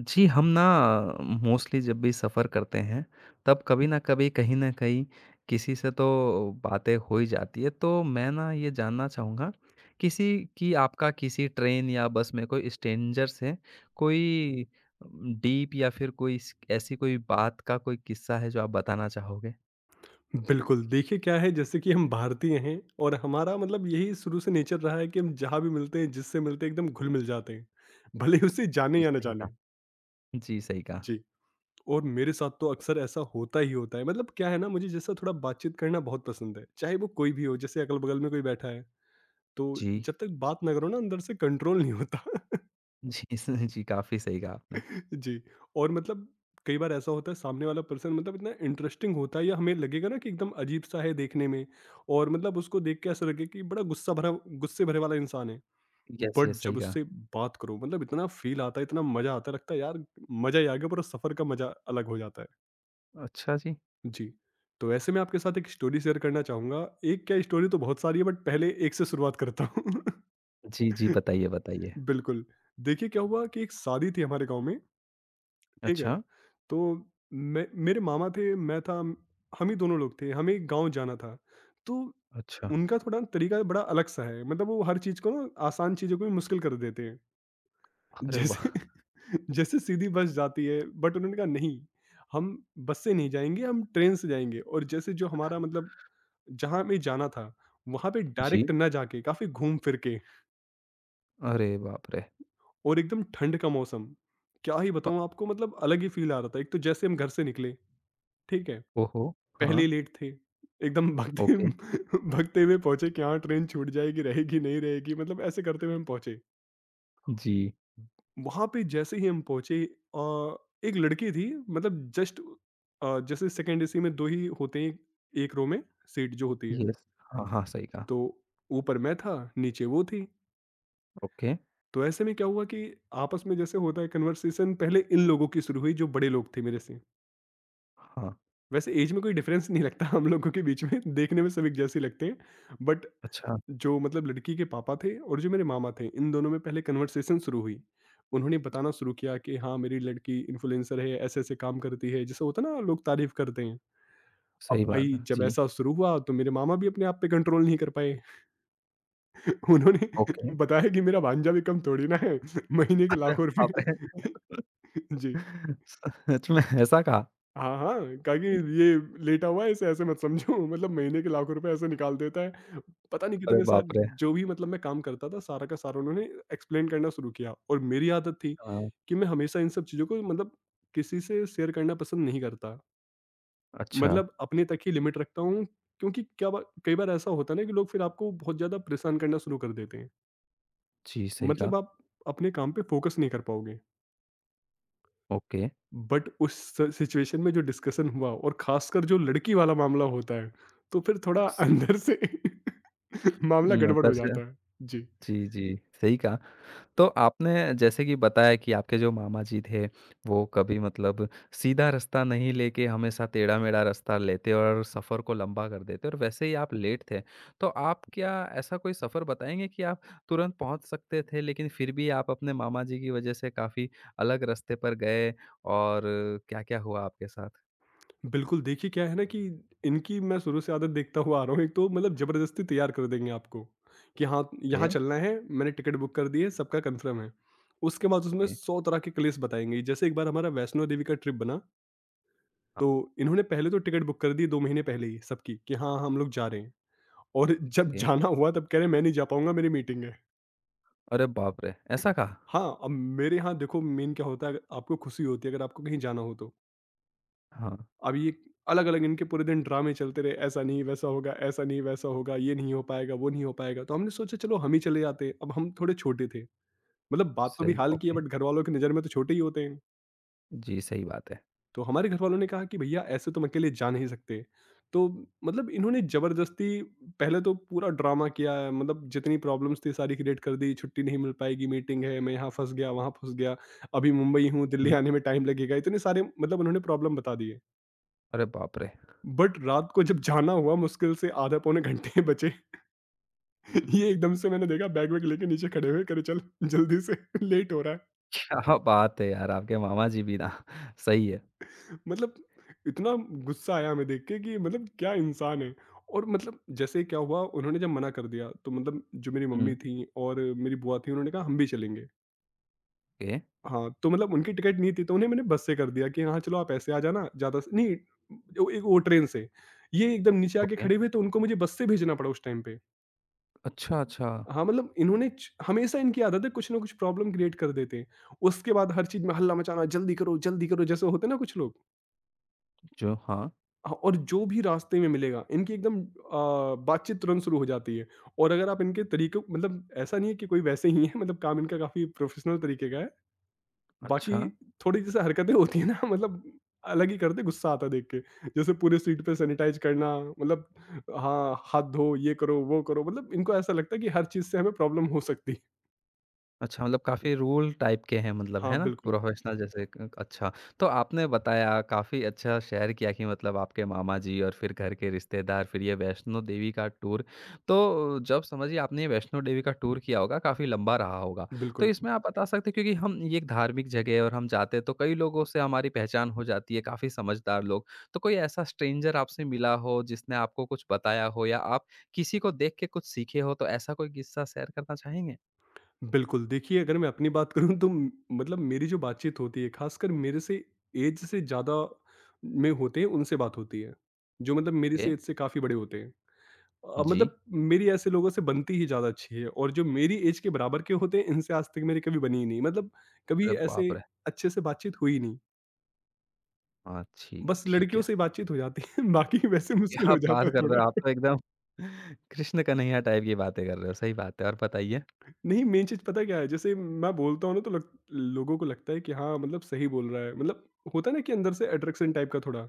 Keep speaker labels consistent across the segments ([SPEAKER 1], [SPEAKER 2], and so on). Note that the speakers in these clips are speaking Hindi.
[SPEAKER 1] जी, हम ना मोस्टली जब भी सफ़र करते हैं, तब कभी न कभी, कहीं न कहीं किसी से तो बातें हो ही जाती है। तो मैं ना ये जानना चाहूँगा, किसी की आपका किसी ट्रेन या बस में कोई स्ट्रेंजर से कोई डीप या फिर कोई इस ऐसी कोई बात का कोई किस्सा है जो आप बताना चाहोगे?
[SPEAKER 2] बिल्कुल, देखिए क्या है, जैसे कि हम भारतीय हैं और हमारा मतलब यही शुरू से नेचर रहा है कि हम जहाँ भी मिलते हैं, जिससे मिलते हैं, एकदम घुल-मिल जाते हैं, भले ही उसे
[SPEAKER 1] जी,
[SPEAKER 2] जाने या ना
[SPEAKER 1] सही कहा।
[SPEAKER 2] जाने।
[SPEAKER 1] जी, सही कहा।
[SPEAKER 2] जी। और मेरे साथ तो अक्सर ऐसा होता ही होता है, मतलब क्या है ना, मुझे जैसा थोड़ा बातचीत करना बहुत पसंद है, चाहे वो कोई भी हो, जैसे अगल-बगल में कोई बैठा है, तो
[SPEAKER 1] जी।
[SPEAKER 2] जब तक बात ना करो ना, अंदर से कंट्रोल नहीं होता।
[SPEAKER 1] जी, स जी, काफ़ी सही कहा आपने।
[SPEAKER 2] जी। और मतलब कई बार ऐसा होता है, सामने वाला पर्सन मतलब इतना इंटरेस्टिंग होता है, या हमें लगेगा ना कि एकदम अजीब-सा है देखने में, और मतलब उसको देख के ऐसा लगे कि बड़ा गुस्सा भरा गुस्से भरे वाला इंसान है।
[SPEAKER 1] यस,
[SPEAKER 2] बट
[SPEAKER 1] यस, सही
[SPEAKER 2] जब
[SPEAKER 1] कहा।
[SPEAKER 2] उससे बात करो, मतलब इतना फ़ील आता है, इतना मज़ा आता है, लगता है यार मज़ा ही आ गया, पूरा सफ़र का मज़ा अलग हो जाता है।
[SPEAKER 1] अच्छा जी।
[SPEAKER 2] जी। तो ऐसे मैं आपके साथ एक स्टोरी शेयर करना चाहूँगा। एक क्या स्टोरी, तो बहुत सारी है, बट पहले एक से शुरुआत करता हूँ।
[SPEAKER 1] जी, जी, बताइए, बताइए।
[SPEAKER 2] बिल्कुल। देखिए क्या हुआ कि एक शादी थी हमारे गाँव में, ठीक है?
[SPEAKER 1] अच्छा,
[SPEAKER 2] तो मैं मेरे मामा थे, मैं था, हम ही दोनों लोग थे। हमें गाँव जाना था। तो
[SPEAKER 1] अच्छा।
[SPEAKER 2] उनका थोड़ा तरीका बड़ा अलग-सा है। मतलब वो हर चीज़ को ना, आसान चीज़ों को भी मुश्किल कर देते हैं।
[SPEAKER 1] अरे वाह!
[SPEAKER 2] जैसे जैसे सीधी बस जाती है, बट उन्होंने कहा नहीं, हम बस से नहीं जाएँगे, हम ट्रेन से जाएँगे, और जैसे जो हमारा मतलब जहाँ हमें जाना था, वहाँ पे
[SPEAKER 1] जी।
[SPEAKER 2] डायरेक्ट ना जाके काफ़ी घूम फिर के,
[SPEAKER 1] अरे बाप रे!
[SPEAKER 2] और एकदम ठंड का मौसम, क्या ही
[SPEAKER 1] अ,
[SPEAKER 2] बताऊँ आपको, मतलब अलग ही फ़ील आ रहा था। एक तो जैसे हम घर से निकले, ठीक है?
[SPEAKER 1] ओहो!
[SPEAKER 2] पहले
[SPEAKER 1] हाँ,
[SPEAKER 2] ही लेट थे। एकदम भागते
[SPEAKER 1] ओके,
[SPEAKER 2] भागते हुए पहुँचे कि हाँ, ट्रेन छूट जाएगी, रहेगी, नहीं रहेगी, मतलब ऐसे करते हुए हम पहुँचे।
[SPEAKER 1] जी,
[SPEAKER 2] वहाँ पे जैसे ही हम पहुँचे एक लड़की थी, मतलब जस्ट जैसे सेकंड एसी में 2 ही होते हैं एक रो में, सीट जो होती है।
[SPEAKER 1] यस, हाँ, हाँ, सही कहा,
[SPEAKER 2] तो ऊपर मैं था, नीचे वो थी।
[SPEAKER 1] ओके,
[SPEAKER 2] तो ऐसे में क्या हुआ कि आपस में जैसे होता है कन्वर्सेशन, पहले इन लोगों की शुरू हुई, जो बड़े लोग थे मेरे से।
[SPEAKER 1] हाँ,
[SPEAKER 2] वैसे ऐज में कोई डिफरेंस नहीं लगता हम लोगों के बीच में, देखने में सब एक जैसे ही लगते हैं, बट
[SPEAKER 1] अच्छा,
[SPEAKER 2] जो मतलब लड़की के पापा थे और जो मेरे मामा थे, इन दोनों में पहले कन्वर्सेशन शुरू हुई। उन्होंने बताना शुरू किया कि हाँ, मेरी लड़की इन्फ्लुएंसर है, ऐसे-ऐसे काम करती है, जैसे होता है ना, लोग तारीफ़ करते हैं। अब
[SPEAKER 1] सही बात
[SPEAKER 2] भाई
[SPEAKER 1] है,
[SPEAKER 2] जब
[SPEAKER 1] जी,
[SPEAKER 2] ऐसा शुरू हुआ, तो मेरे मामा भी अपने आप पे कंट्रोल नहीं कर पाए। उन्होंने
[SPEAKER 1] ओके,
[SPEAKER 2] बताया कि मेरा भांजा भी कम थोड़ी ना है, महीने के
[SPEAKER 1] अरे
[SPEAKER 2] लाखों
[SPEAKER 1] बाप रे!
[SPEAKER 2] रुपए। जी।
[SPEAKER 1] सच में ऐसा कहा?
[SPEAKER 2] हाँ, हाँ, कहा कि ये लेटा हुआ है, इसे ऐसे मत समझो। मतलब महीने के लाखों रुपए ऐसे निकाल देता है। पता नहीं
[SPEAKER 1] अरे
[SPEAKER 2] कितने साल,
[SPEAKER 1] बाप रे!
[SPEAKER 2] जो भी मतलब मैं काम करता था, सारा का सारा उन्होंने एक्सप्लेन करना शुरू किया। और मेरी आदत थी
[SPEAKER 1] हाँ,
[SPEAKER 2] कि मैं हमेशा इन सब चीज़ों को मतलब किसी से शेयर करना पसंद नहीं करता।
[SPEAKER 1] अच्छा,
[SPEAKER 2] मतलब अपने तक ही लिमिट रखता हूँ, क्योंकि क्या बा कई बार ऐसा होता है ना कि लोग फिर आपको बहुत ज़्यादा परेशान करना शुरू कर देते हैं।
[SPEAKER 1] जी, सही कहा,
[SPEAKER 2] मतलब आप अपने काम पे फ़ोकस नहीं कर पाओगे।
[SPEAKER 1] ओके,
[SPEAKER 2] बट उस सिचुएशन में जो डिस्कशन हुआ, और खासकर जो लड़की वाला मामला होता है, तो फिर थोड़ा
[SPEAKER 1] स
[SPEAKER 2] अंदर से मामला गड़बड़
[SPEAKER 1] ऊपर
[SPEAKER 2] हो
[SPEAKER 1] से
[SPEAKER 2] जाता है। जी।
[SPEAKER 1] जी, जी, सही कहा। तो आपने जैसे कि बताया कि आपके जो मामा जी थे, वो कभी मतलब सीधा रास्ता नहीं लेके हमेशा टेढ़ा-मेढ़ा रास्ता लेते और सफ़र को लंबा कर देते और वैसे ही आप लेट थे। तो आप क्या ऐसा कोई सफ़र बताएँगे कि आप तुरंत पहुँच सकते थे, लेकिन फिर भी आप अपने मामा जी की वजह से काफ़ी अलग रास्ते पर गए और क्या-क्या हुआ आपके साथ?
[SPEAKER 2] बिल्कुल, देखिए क्या है ना कि इनकी मैं शुरू से आदत देखता हुआ आ रहा हूँ, एक तो मतलब जबरदस्ती तैयार कर देंगे आपको कि हाँ,
[SPEAKER 1] ओके,
[SPEAKER 2] यहाँ चलना है, मैंने टिकट बुक कर दी है, सबका कंफर्म है। उसके बाद उसमें
[SPEAKER 1] ओके,
[SPEAKER 2] सौ तरह के कलेस बताएंगे। जैसे एक बार हमारा वैष्णो देवी का ट्रिप बना, तो
[SPEAKER 1] हाँ,
[SPEAKER 2] इन्होंने पहले तो टिकट बुक कर दी 2 महीने पहले ही सबकी, कि हाँ, हम लोग जा रहे हैं। और जब
[SPEAKER 1] ओके।
[SPEAKER 2] जाना हुआ तब कह रहे मैं नहीं जा पाऊँगा, मेरी मीटिंग है।
[SPEAKER 1] अरे बाप रे! ऐसा कहा?
[SPEAKER 2] हाँ, अब मेरे यहाँ देखो मेन क्या होता है, अगर आपको खुशी होती है, अगर आपको कहीं जाना हो तो।
[SPEAKER 1] हाँ,
[SPEAKER 2] अब ये अलग-अलग इनके पूरे दिन ड्रामे चलते रहे, ऐसा नहीं वैसा होगा, ऐसा नहीं वैसा होगा, ये नहीं हो पाएगा, वो नहीं हो पाएगा। तो हमने सोचा चलो हम ही चले जाते हैं, अब हम थोड़े छोटे थे। मतलब बात तो भी
[SPEAKER 1] सही
[SPEAKER 2] हाल की है,
[SPEAKER 1] ओके।
[SPEAKER 2] बट घरवालों की नज़र में तो छोटे ही होते हैं।
[SPEAKER 1] जी, सही बात है।
[SPEAKER 2] तो हमारे घर वालों ने कहा कि भैया ऐसे तुम अकेले जा नहीं सकते। तो मतलब इन्होंने ज़बरदस्ती पहले तो पूरा ड्रामा किया है, मतलब जितनी प्रॉब्लम्स थी सारी क्रिएट कर दी, छुट्टी नहीं मिल पाएगी, मीटिंग है, मैं यहाँ फंस गया, वहाँ फंस गया, अभी मुंबई हूँ, दिल्ली
[SPEAKER 1] हुँ,
[SPEAKER 2] आने में टाइम लगेगा, इतने सारे मतलब उन्होंने प्रॉब्लम बता दिए।
[SPEAKER 1] अरे बाप रे!
[SPEAKER 2] बट रात को जब जाना हुआ, मुश्किल से आधा पौने घंटे बचे,
[SPEAKER 1] हुँ।
[SPEAKER 2] ये एकदम से मैंने देखा बैग वैग लेके नीचे खड़े हुए, करे चल जल्दी से, लेट हो रहा है।
[SPEAKER 1] क्या बात है यार! आपके मामा जी भी ना सही है।
[SPEAKER 2] मतलब इतना गुस्सा आया हमें देख के कि मतलब क्या इंसान है। और मतलब जैसे क्या हुआ, उन्होंने जब मना कर दिया, तो मतलब जो मेरी
[SPEAKER 1] हुँ,
[SPEAKER 2] मम्मी थी और मेरी बुआ थी, उन्होंने कहा हम भी चलेंगे।
[SPEAKER 1] ओके,
[SPEAKER 2] हाँ, तो मतलब उनकी टिकट नहीं थी, तो उन्हें मैंने बस से कर दिया कि हाँ, चलो आप ऐसे आ जाना। नहीं, वो एक वो ट्रेन से, ये एकदम नीचे आके
[SPEAKER 1] ओके।
[SPEAKER 2] खड़े हुए, तो उनको मुझे बस से भेजना पड़ा उस टाइम पे।
[SPEAKER 1] अच्छा, अच्छा,
[SPEAKER 2] हाँ, मतलब हमेशा इनकी आदत है, कुछ ना कुछ प्रॉब्लम क्रिएट कर देते हैं, उसके बाद हर चीज़ में हल्ला मचाना, जल्दी करो, जल्दी करो, जैसे होते ना कुछ लोग।
[SPEAKER 1] जो हाँ,
[SPEAKER 2] हाँ, और जो भी रास्ते में मिलेगा, इनकी एकदम बातचीत तुरंत शुरू हो जाती है। और अगर आप इनके तरीके, मतलब ऐसा नहीं है कि कोई वैसे ही है, मतलब काम इनका काफ़ी प्रोफेशनल तरीके का है। बाकी
[SPEAKER 1] अच्छा।
[SPEAKER 2] थोड़ी जैसे हरकतें होती हैं ना, मतलब अलग ही करते, गुस्सा आता है देख के। जैसे पूरे सीट पे सैनिटाइज़ करना, मतलब हाँ, हाथ धो, ये करो, वो करो, मतलब इनको ऐसा लगता है कि हर चीज़ से हमें प्रॉब्लम हो सकती है।
[SPEAKER 1] अच्छा, मतलब काफ़ी रूल टाइप के हैं मतलब,
[SPEAKER 2] हाँ,
[SPEAKER 1] है ना?
[SPEAKER 2] बिल्कुल,
[SPEAKER 1] प्रोफ़ेशनल जैसे क अच्छा, तो आपने बताया काफ़ी अच्छा शेयर किया कि मतलब आपके मामा जी और फिर घर के रिश्तेदार, फिर ये वैष्णो देवी का टूर। तो जब समझिए आपने ये वैष्णो देवी का टूर किया होगा, काफ़ी लंबा रहा होगा। तो
[SPEAKER 2] बिल्कुल।
[SPEAKER 1] इसमें आप बता सकते हैं क्योंकि हम ये एक धार्मिक जगह है और हम जाते हैं, तो कई लोगों से हमारी पहचान हो जाती है, काफ़ी समझदार लोग। तो कोई ऐसा स्ट्रेंजर आपसे मिला हो, जिसने आपको कुछ बताया हो या आप किसी को देख के कुछ सीखे हो, तो ऐसा कोई किस्सा शेयर करना चाहेंगे?
[SPEAKER 2] बिल्कुल, देखिए अगर मैं अपनी बात करूँ, तो म मतलब मेरी जो बातचीत होती है, ख़ासकर मेरे से ऐज से ज़्यादा में होते हैं, उनसे बात होती है, जो मतलब मेरी
[SPEAKER 1] ओके,
[SPEAKER 2] से ऐज से काफ़ी बड़े होते हैं।
[SPEAKER 1] जी।
[SPEAKER 2] मतलब मेरी ऐसे लोगों से बनती ही ज़्यादा अच्छी है। और जो मेरी ऐज के बराबर के होते हैं, इनसे आज तक मेरी कभी बनी ही नहीं। मतलब
[SPEAKER 1] अरे
[SPEAKER 2] कभी ऐसे
[SPEAKER 1] बाप रे!
[SPEAKER 2] अच्छे से बातचीत हुई नहीं,
[SPEAKER 1] अच्छी,
[SPEAKER 2] बस
[SPEAKER 1] ठीक
[SPEAKER 2] लड़कियों
[SPEAKER 1] है।
[SPEAKER 2] से बातचीत हो जाती है, बाकी वैसे मुश्किल
[SPEAKER 1] क्या
[SPEAKER 2] हो
[SPEAKER 1] बात
[SPEAKER 2] जाता है
[SPEAKER 1] कर रहे हो
[SPEAKER 2] थोड़ा।
[SPEAKER 1] आप तो एकदम कृष्ण कन्हैया टाइप की बातें कर रहे हो, सही बात है और बताइए?
[SPEAKER 2] नहीं, मेन चीज़ पता क्या है? जैसे मैं बोलता हूँ ना, तो लग लोगों को लगता है कि हाँ, मतलब सही बोल रहा है। मतलब होता है ना कि अंदर से अट्रैक्शन टाइप का थोड़ा।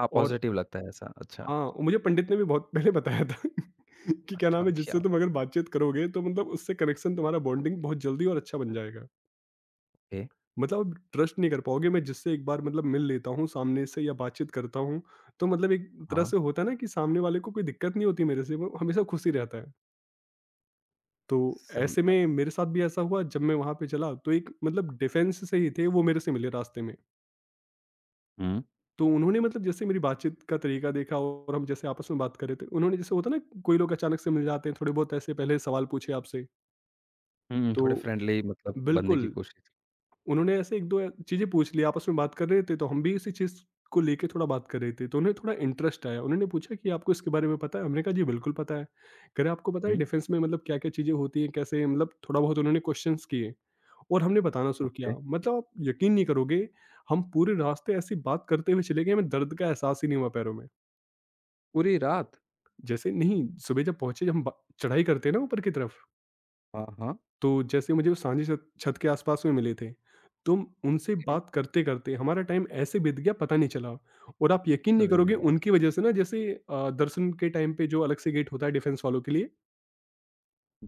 [SPEAKER 1] हाँ,
[SPEAKER 2] और
[SPEAKER 1] पॉज़िटिव लगता है ऐसा, अच्छा।
[SPEAKER 2] हाँ, मुझे पंडित ने भी बहुत पहले बताया था कि क्या नाम
[SPEAKER 1] अच्छा,
[SPEAKER 2] है,
[SPEAKER 1] क्या
[SPEAKER 2] जिससे तुम अगर बातचीत करोगे तो मतलब उससे कनेक्शन, तुम्हारा बॉन्डिंग बहुत जल्दी और अच्छा बन जाएगा।
[SPEAKER 1] ओके,
[SPEAKER 2] मतलब अब ट्रस्ट नहीं कर पाओगे, मैं जिससे एक बार मतलब मिल लेता हूँ सामने से या बातचीत करता हूँ, तो मतलब एक तरह
[SPEAKER 1] हाँ,
[SPEAKER 2] से होता है ना कि सामने वाले को कोई दिक्कत नहीं होती मेरे से, वो हमेशा खुश ही रहता है। तो
[SPEAKER 1] सही
[SPEAKER 2] ऐसे
[SPEAKER 1] बात।
[SPEAKER 2] में मेरे साथ भी ऐसा हुआ, जब मैं वहाँ पे चला, तो एक मतलब डिफेंस से ही थे वो, मेरे से मिले रास्ते में।
[SPEAKER 1] हुँ,
[SPEAKER 2] तो उन्होंने मतलब जैसे मेरी बातचीत का तरीका देखा, और हम जैसे आपस में बात कर रहे थे, उन्होंने जैसे होता ना, कोई लोग अचानक से मिल जाते हैं, थोड़े बहुत ऐसे पहले सवाल पूछे आपसे।
[SPEAKER 1] हुँ,
[SPEAKER 2] तो
[SPEAKER 1] थोड़े फ्रेंडली मतलब बनने की
[SPEAKER 2] बिल्कुल,
[SPEAKER 1] कोशिश
[SPEAKER 2] उन्होंने ऐसे एक दो चीज़ें पूछ ली, आपस में बात कर रहे थे, तो हम भी इसी चीज़ को लेके थोड़ा बात कर रहे थे, तो उन्हें थोड़ा इंटरेस्ट आया, उन्होंने पूछा कि आपको इसके बारे में पता है। हमने कहा जी बिल्कुल पता है। कह रहे आपको पता है
[SPEAKER 1] हुँ,
[SPEAKER 2] डिफेंस में मतलब क्या क्या चीज़ें होती हैं कैसे, मतलब थोड़ा बहुत उन्होंने क्वेश्चंस किए, और हमने बताना शुरू
[SPEAKER 1] ओके।
[SPEAKER 2] किया। मतलब आप यकीन नहीं करोगे, हम पूरे रास्ते ऐसी बात करते हुए चले गए, हमें दर्द का एहसास ही नहीं हुआ पैरों में।
[SPEAKER 1] पूरी रात?
[SPEAKER 2] जैसे नहीं, सुबह जब पहुँचे हम, ब चढ़ाई करते हैं ना ऊपर की तरफ,
[SPEAKER 1] हाँ, हाँ,
[SPEAKER 2] तो जैसे मुझे वो साँझी छत छत के आस-पास में मिले थे, तो उनसे
[SPEAKER 1] ओके।
[SPEAKER 2] बात करते-करते हमारा टाइम ऐसे बीत गया, पता नहीं चला। और आप यकीन नहीं
[SPEAKER 1] अरे
[SPEAKER 2] करोगे
[SPEAKER 1] वाह!
[SPEAKER 2] उनकी वजह से ना, जैसे दर्शन के टाइम पे जो अलग से गेट होता है डिफेंस वालों के लिए,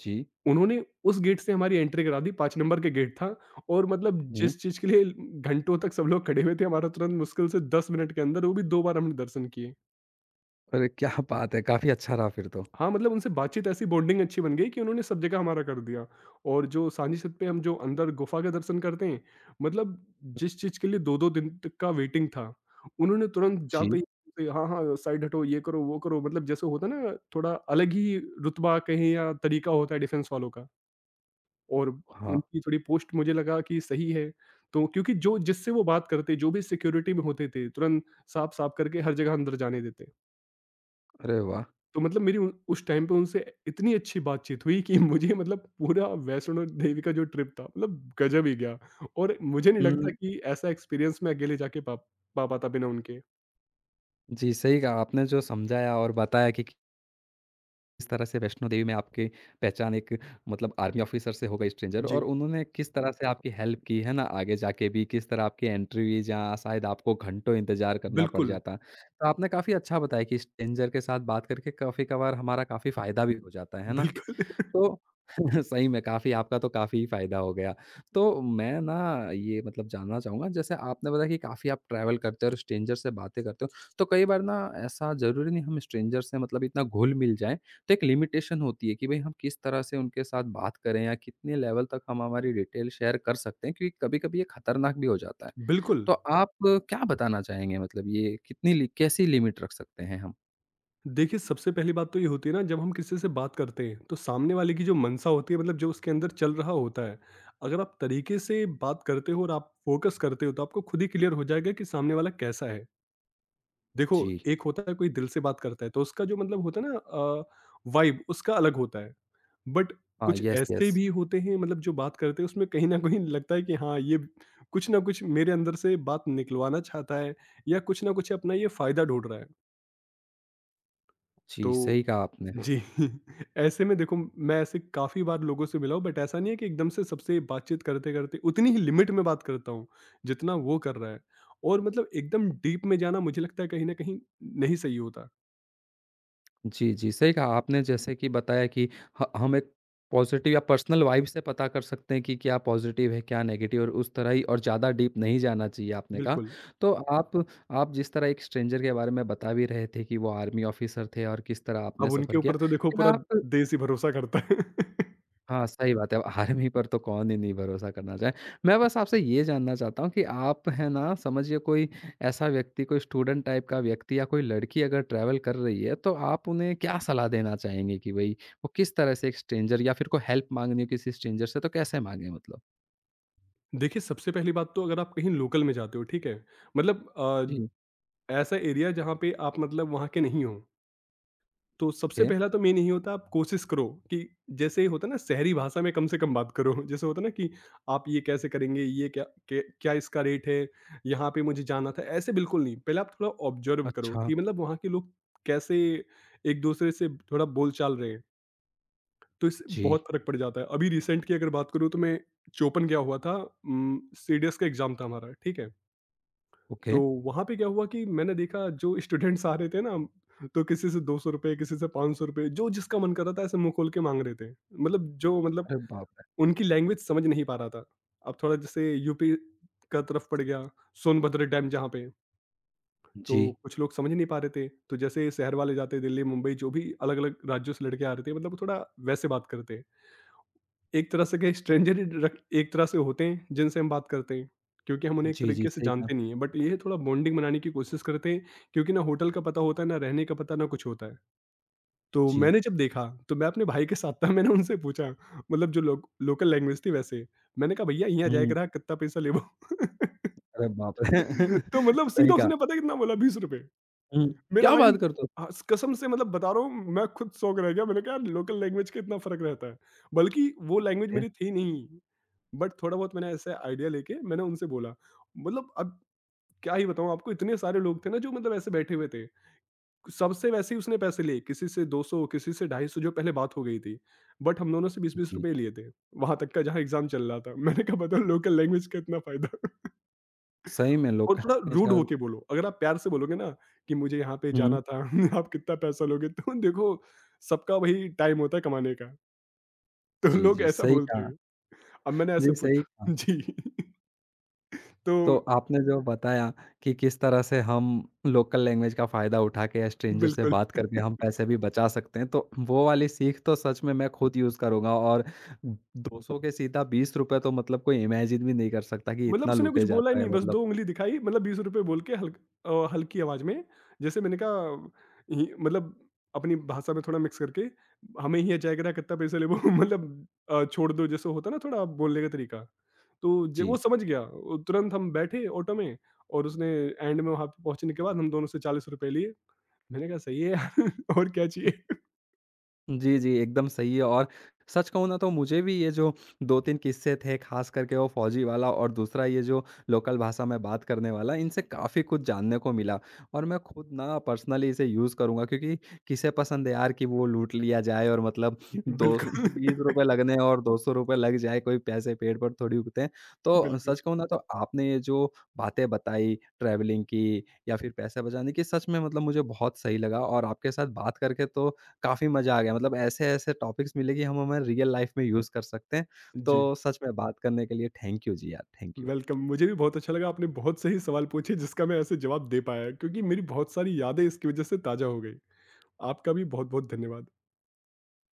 [SPEAKER 1] जी,
[SPEAKER 2] उन्होंने उस गेट से हमारी एंट्री करा दी, 5 नंबर के गेट था। और मतलब
[SPEAKER 1] हुँ।
[SPEAKER 2] जिस चीज़ के लिए घंटों तक सब लोग खड़े हुए थे, हमारा तुरंत मुश्किल से 10 मिनट के अंदर, वो भी 2 बार हमने दर्शन किए।
[SPEAKER 1] अरे क्या बात है! काफ़ी अच्छा रहा फिर तो।
[SPEAKER 2] हाँ, मतलब उनसे बातचीत ऐसी बॉन्डिंग अच्छी बन गई कि उन्होंने सब जगह हमारा कर दिया। और जो सांझी छत पे हम जो अंदर गुफा के दर्शन करते हैं, मतलब जिस चीज़ के लिए 2-2 दिन तक का वेटिंग था, उन्होंने तुरंत जाते
[SPEAKER 1] जी,
[SPEAKER 2] ही हाँ, हाँ, साइड हटो, ये करो, वो करो, मतलब जैसे होता है ना, थोड़ा अलग ही रुतबा कहें या तरीका होता है डिफेंस वालों का। और
[SPEAKER 1] हाँ,
[SPEAKER 2] उनकी थोड़ी पोस्ट मुझे लगा कि सही है। तो क्योंकि जो जिससे वो बात करते, जो भी सिक्योरिटी में होते थे, तुरंत साफ-साफ करके हर जगह अंदर जाने देते।
[SPEAKER 1] अरे वाह!
[SPEAKER 2] तो मतलब मेरी उ उस टाइम पे उनसे इतनी अच्छी बातचीत हुई कि मुझे मतलब पूरा वैष्णो देवी का जो ट्रिप था, मतलब गज़ब ही गया। और मुझे नहीं
[SPEAKER 1] हुँ,
[SPEAKER 2] लगता कि ऐसा एक्सपीरियंस मैं अकेले जाके पा पा पाता बिना उनके।
[SPEAKER 1] जी, सही कहा आपने जो समझाया और बताया कि किस तरह से वैष्णो देवी में आपकी पहचान एक मतलब आर्मी ऑफिसर से हो गई स्ट्रेंजर और
[SPEAKER 2] जी।
[SPEAKER 1] उन्होंने किस तरह से आपकी हेल्प की, है ना? आगे जाके भी किस तरह आपकी एंट्री हुई जहाँ शायद आपको घंटों इंतज़ार करना पड़
[SPEAKER 2] बिल्कुल।
[SPEAKER 1] जाता। तो आपने काफ़ी अच्छा बताया कि स्ट्रेंजर के साथ बात करके काफ़ी कभार हमारा काफ़ी फ़ायदा भी हो जाता है ना?
[SPEAKER 2] बिल्कुल।
[SPEAKER 1] तो सही में काफ़ी आपका तो काफ़ी फ़ायदा हो गया। तो मैं ना ये मतलब जानना चाहूँगा जैसे आपने बताया कि काफ़ी आप ट्रैवल करते हो और स्ट्रेंजर से बातें करते हो। तो कई बार ना ऐसा ज़रूरी नहीं हम स्ट्रेंजर से मतलब इतना घुल-मिल जाएँ। तो एक लिमिटेशन होती है कि भई हम किस तरह से उनके साथ बात करें या कितने लेवल तक हम हमारी डिटेल शेयर कर सकते हैं क्योंकि कभी-कभी ये खतरनाक भी हो जाता है।
[SPEAKER 2] बिल्कुल।
[SPEAKER 1] तो आप क्या बताना चाहेंगे मतलब ये कितनी लि कैसी लिमिट रख सकते हैं हम?
[SPEAKER 2] देखिए, सबसे पहली बात तो ये होती है ना जब हम किसी से बात करते हैं, तो सामने वाले की जो मनसा होती है मतलब जो उसके अंदर चल रहा होता है, अगर आप तरीके से बात करते हो और आप फ़ोकस करते हो तो आपको खुद ही क्लियर हो जाएगा कि सामने वाला कैसा है। देखो,
[SPEAKER 1] जी।
[SPEAKER 2] एक होता है कोई दिल से बात करता है तो उसका जो मतलब होता है ना वाइब उसका अलग होता है। बट
[SPEAKER 1] हाँ,
[SPEAKER 2] कुछ
[SPEAKER 1] यस,
[SPEAKER 2] ऐसे
[SPEAKER 1] यस।
[SPEAKER 2] भी होते हैं मतलब जो बात करते हैं उसमें कहीं न कहीं लगता है कि हाँ, ये कुछ न कुछ मेरे अंदर से बात निकलवाना चाहता है या कुछ न कुछ अपना ये फ़ायदा ढूँढ रहा है।
[SPEAKER 1] जी,
[SPEAKER 2] तो
[SPEAKER 1] सही कहा आपने।
[SPEAKER 2] जी ऐसे में देखो मैं ऐसे काफ़ी बार लोगों से मिला हूँ बट ऐसा नहीं है कि एकदम से सबसे बातचीत करते-करते उतनी ही लिमिट में बात करता हूँ, जितना वो कर रहा है और मतलब एकदम डीप में जाना मुझे लगता है कहीं न कहीं नहीं सही होता।
[SPEAKER 1] जी, जी, सही कहा आपने जैसे कि बताया कि ह हम एक पॉज़िटिव या पर्सनल वाइब से पता कर सकते हैं कि क्या पॉज़िटिव है, क्या नेगेटिव और उस तरह ही और ज़्यादा डीप नहीं जाना चाहिए आपने कहा।
[SPEAKER 2] बिल्कुल।
[SPEAKER 1] तो आप जिस तरह एक स्ट्रेंजर के बारे में बता भी रहे थे कि वो आर्मी ऑफ़िसर थे और किस तरह आपने
[SPEAKER 2] अब उनके
[SPEAKER 1] सफ़र किया।
[SPEAKER 2] ऊपर तो देखो
[SPEAKER 1] क्या
[SPEAKER 2] पूरा
[SPEAKER 1] आप
[SPEAKER 2] देश ही भरोसा करता है।
[SPEAKER 1] हाँ, सही बात है। अब आर्मी पर तो कौन ही नहीं भरोसा करना चाहे। मैं बस आपसे ये जानना चाहता हूँ कि आप है ना समझिए कोई ऐसा व्यक्ति, कोई स्टूडेंट टाइप का व्यक्ति या कोई लड़की अगर ट्रैवल कर रही है, तो आप उन्हें क्या सलाह देना चाहेंगे कि भई वो किस तरह से एक स्ट्रेंजर या फिर कोई हेल्प माँगनी हो किसी स्ट्रेंजर से तो कैसे माँगे मतलब?
[SPEAKER 2] देखिए, सबसे पहली बात तो अगर आप कहीं लोकल में जाते हो, ठीक है? मतलब
[SPEAKER 1] जी।
[SPEAKER 2] ऐसा एरिया जहाँ पे आप मतलब वहाँ के नहीं हो। तो सबसे
[SPEAKER 1] ओके।
[SPEAKER 2] पहला तो मेन यही होता है आप कोशिश करो कि जैसे ही होता है ना शहरी भाषा में कम से कम बात करो। जैसे होता है ना कि आप ये कैसे करेंगे, ये क्या क्या क्या इसका रेट है, यहाँ पे मुझे जाना था, ऐसे बिल्कुल नहीं। पहले आप थोड़ा ऑब्जर्व करो
[SPEAKER 1] अच्छा।
[SPEAKER 2] कि मतलब वहाँ के लोग कैसे एक दूसरे से थोड़ा बोल चाल रहे हैं, तो इससे
[SPEAKER 1] जी,
[SPEAKER 2] बहुत फर्क पड़ जाता है। अभी रिसेंट की अगर बात करूँ तो मैं चोपन गया हुआ था, सीडीएस का एग्जाम था हमारा, ठीक है?
[SPEAKER 1] ओके।
[SPEAKER 2] तो वहाँ पे क्या हुआ कि मैंने देखा जो स्टूडेंट्स आ रहे थे ना, तो किसी से 200 रुपये, किसी से ₹500 जो जिसका मन कर रहा था ऐसे मुंह खोल के मांग रहे थे। मतलब जो मतलब
[SPEAKER 1] अरे बाप रे!
[SPEAKER 2] उनकी लैंग्वेज समझ नहीं पा रहा था। अब थोड़ा जैसे यूपी का तरफ पड़ गया, सोनभद्र डैम जहाँ पे, तो
[SPEAKER 1] जी।
[SPEAKER 2] कुछ लोग समझ नहीं पा रहे थे। तो जैसे शहर वाले जाते दिल्ली मुंबई, जो भी अलग अलग राज्यों से लड़के आ रहे थे, मतलब थोड़ा वैसे बात करते, एक तरह से कहें स्ट्रेंजर ही रक एक तरह से होते हैं, जिनसे हम बात करते हैं, क्योंकि हम उन्हें एक
[SPEAKER 1] जी, जी,
[SPEAKER 2] तरीके से
[SPEAKER 1] सही कहा।
[SPEAKER 2] जानते नहीं हैं। बट ये है थोड़ा बॉन्डिंग बनाने की कोशिश करते हैं, क्योंकि ना होटल का पता होता है, ना रहने का पता, ना कुछ होता है। तो
[SPEAKER 1] जी।
[SPEAKER 2] मैंने जब देखा, तो मैं अपने भाई के साथ था, मैंने उनसे पूछा मतलब जो लोकल लैंग्वेज थी वैसे। मैंने कहा, "भईया हियाँ जाए
[SPEAKER 1] हुँ।
[SPEAKER 2] के रहा कितना पैसा लेबो?"
[SPEAKER 1] अरे बाप रे!
[SPEAKER 2] तो मतलब
[SPEAKER 1] सही
[SPEAKER 2] सीधा
[SPEAKER 1] कहा।
[SPEAKER 2] उसने पता है कितना बोला, ₹20।
[SPEAKER 1] हुँ।
[SPEAKER 2] मेरा
[SPEAKER 1] क्या
[SPEAKER 2] भाई,
[SPEAKER 1] बात करते
[SPEAKER 2] हाँ, कसम से मतलब बता रहा हूँ, मैं खुद शॉक रह गया। मैंने कहा, "यार लोकल लैंग्वेज का इतना फ़र्क रहता है।" बल्कि वो लैंग्वेज
[SPEAKER 1] ओके। हो?
[SPEAKER 2] मेरी थी नहीं। बट थोड़ा बहुत मैंने ऐसे आइडिया लेके मैंने उनसे बोला। मतलब अब क्या ही बताऊं आपको, इतने सारे लोग थे ना जो मतलब ऐसे बैठे हुए थे, सबसे वैसे ही उसने पैसे लिए, किसी से 200, किसी से 250 जो पहले बात हो गई थी, बट हम दोनों से बीस बीस
[SPEAKER 1] ओके, जी।
[SPEAKER 2] रुपए लिए थे वहां तक का, जहाँ एग्जाम चल रहा था। मैंने कहा बताओ लोकल लैंग्वेज का इतना फायदा।
[SPEAKER 1] सही में लोग
[SPEAKER 2] और थोड़ा रूड
[SPEAKER 1] का
[SPEAKER 2] होके बोलो, अगर आप प्यार से बोलोगे ना कि मुझे यहाँ पे
[SPEAKER 1] हुँ।
[SPEAKER 2] जाना था, आप कितना पैसा लोगे, तो देखो सबका वही टाइम होता है कमाने का, तो
[SPEAKER 1] जी,
[SPEAKER 2] लोग
[SPEAKER 1] जी,
[SPEAKER 2] ऐसा
[SPEAKER 1] सही
[SPEAKER 2] बोलते
[SPEAKER 1] कहा।
[SPEAKER 2] हैं। अब मैंने ऐसे
[SPEAKER 1] जी, सही
[SPEAKER 2] पूछा
[SPEAKER 1] कहा।
[SPEAKER 2] जी।
[SPEAKER 1] तो
[SPEAKER 2] तो
[SPEAKER 1] आपने जो बताया कि किस तरह से हम लोकल लैंग्वेज का फ़ायदा उठा के स्ट्रेंजर से
[SPEAKER 2] बिल्कुल,
[SPEAKER 1] बात करके हम पैसे भी बचा सकते हैं, तो वो वाली सीख तो सच में मैं खुद यूज़ करूँगा और 200 के सीधा ₹20 तो मतलब कोई इमेजिन भी नहीं कर सकता कि
[SPEAKER 2] मतलब
[SPEAKER 1] इतना
[SPEAKER 2] उसने कुछ
[SPEAKER 1] लूटे
[SPEAKER 2] बोला ही
[SPEAKER 1] जाता है
[SPEAKER 2] नहीं, बस
[SPEAKER 1] मतलब।
[SPEAKER 2] 2 उँगली दिखाई, मतलब ₹20 बोल के हल्की आवाज़ में, जैसे मैंने कहा हि मतलब अपनी भाषा में थोड़ा मिक्स करके, हमें ही अचाया करा कितना पैसा ले वो। मतलब छोड़ दो जैसे होता है ना थोड़ा बोलने का तरीका, तो ज
[SPEAKER 1] जी।
[SPEAKER 2] वो समझ गया, वो तुरंत, हम बैठे ऑटो में, और उसने एंड में वहाँ पे पहुँचने के बाद हम दोनों से ₹40 लिए। मैंने कहा सही है यार, और क्या चाहिए?
[SPEAKER 1] जी, जी, एकदम सही है और सच कहूँ ना तो मुझे भी ये जो 2-3 किस्से थे ख़ास करके वो फौजी वाला और दूसरा ये जो लोकल भाषा में बात करने वाला, इनसे काफ़ी कुछ जानने को मिला। और मैं खुद ना पर्सनली इसे यूज़ करूँगा क्योंकि किसे पसंद है यार कि वो लूट लिया जाए और मतलब दो सौ
[SPEAKER 2] बिल्कुल।
[SPEAKER 1] ₹20 लगने और ₹200 लग जाए, कोई पैसे पेड़ पर थोड़ी उगते हैं। तो
[SPEAKER 2] बिल्कुल।
[SPEAKER 1] सच कहूँ ना तो आपने ये जो बातें बताई ट्रैवलिंग की या फिर पैसे बचाने की, सच में मतलब मुझे बहुत सही लगा और आपके साथ बात करके तो काफ़ी मज़ा आ गया मतलब ऐसे-ऐसे टॉपिक्स मिले कि हम हमारे रियल लाइफ में यूज़ कर सकते हैं।
[SPEAKER 2] जी।
[SPEAKER 1] तो सच में बात करने के लिए थैंक यू जी यार, थैंक यू।
[SPEAKER 2] वेलकम। मुझे भी बहुत अच्छा लगा, आपने बहुत सही सवाल पूछे जिसका मैं ऐसे जवाब दे पाया क्योंकि मेरी बहुत सारी यादें इसकी वजह से ताज़ा हो गई। आपका भी बहुत-बहुत धन्यवाद।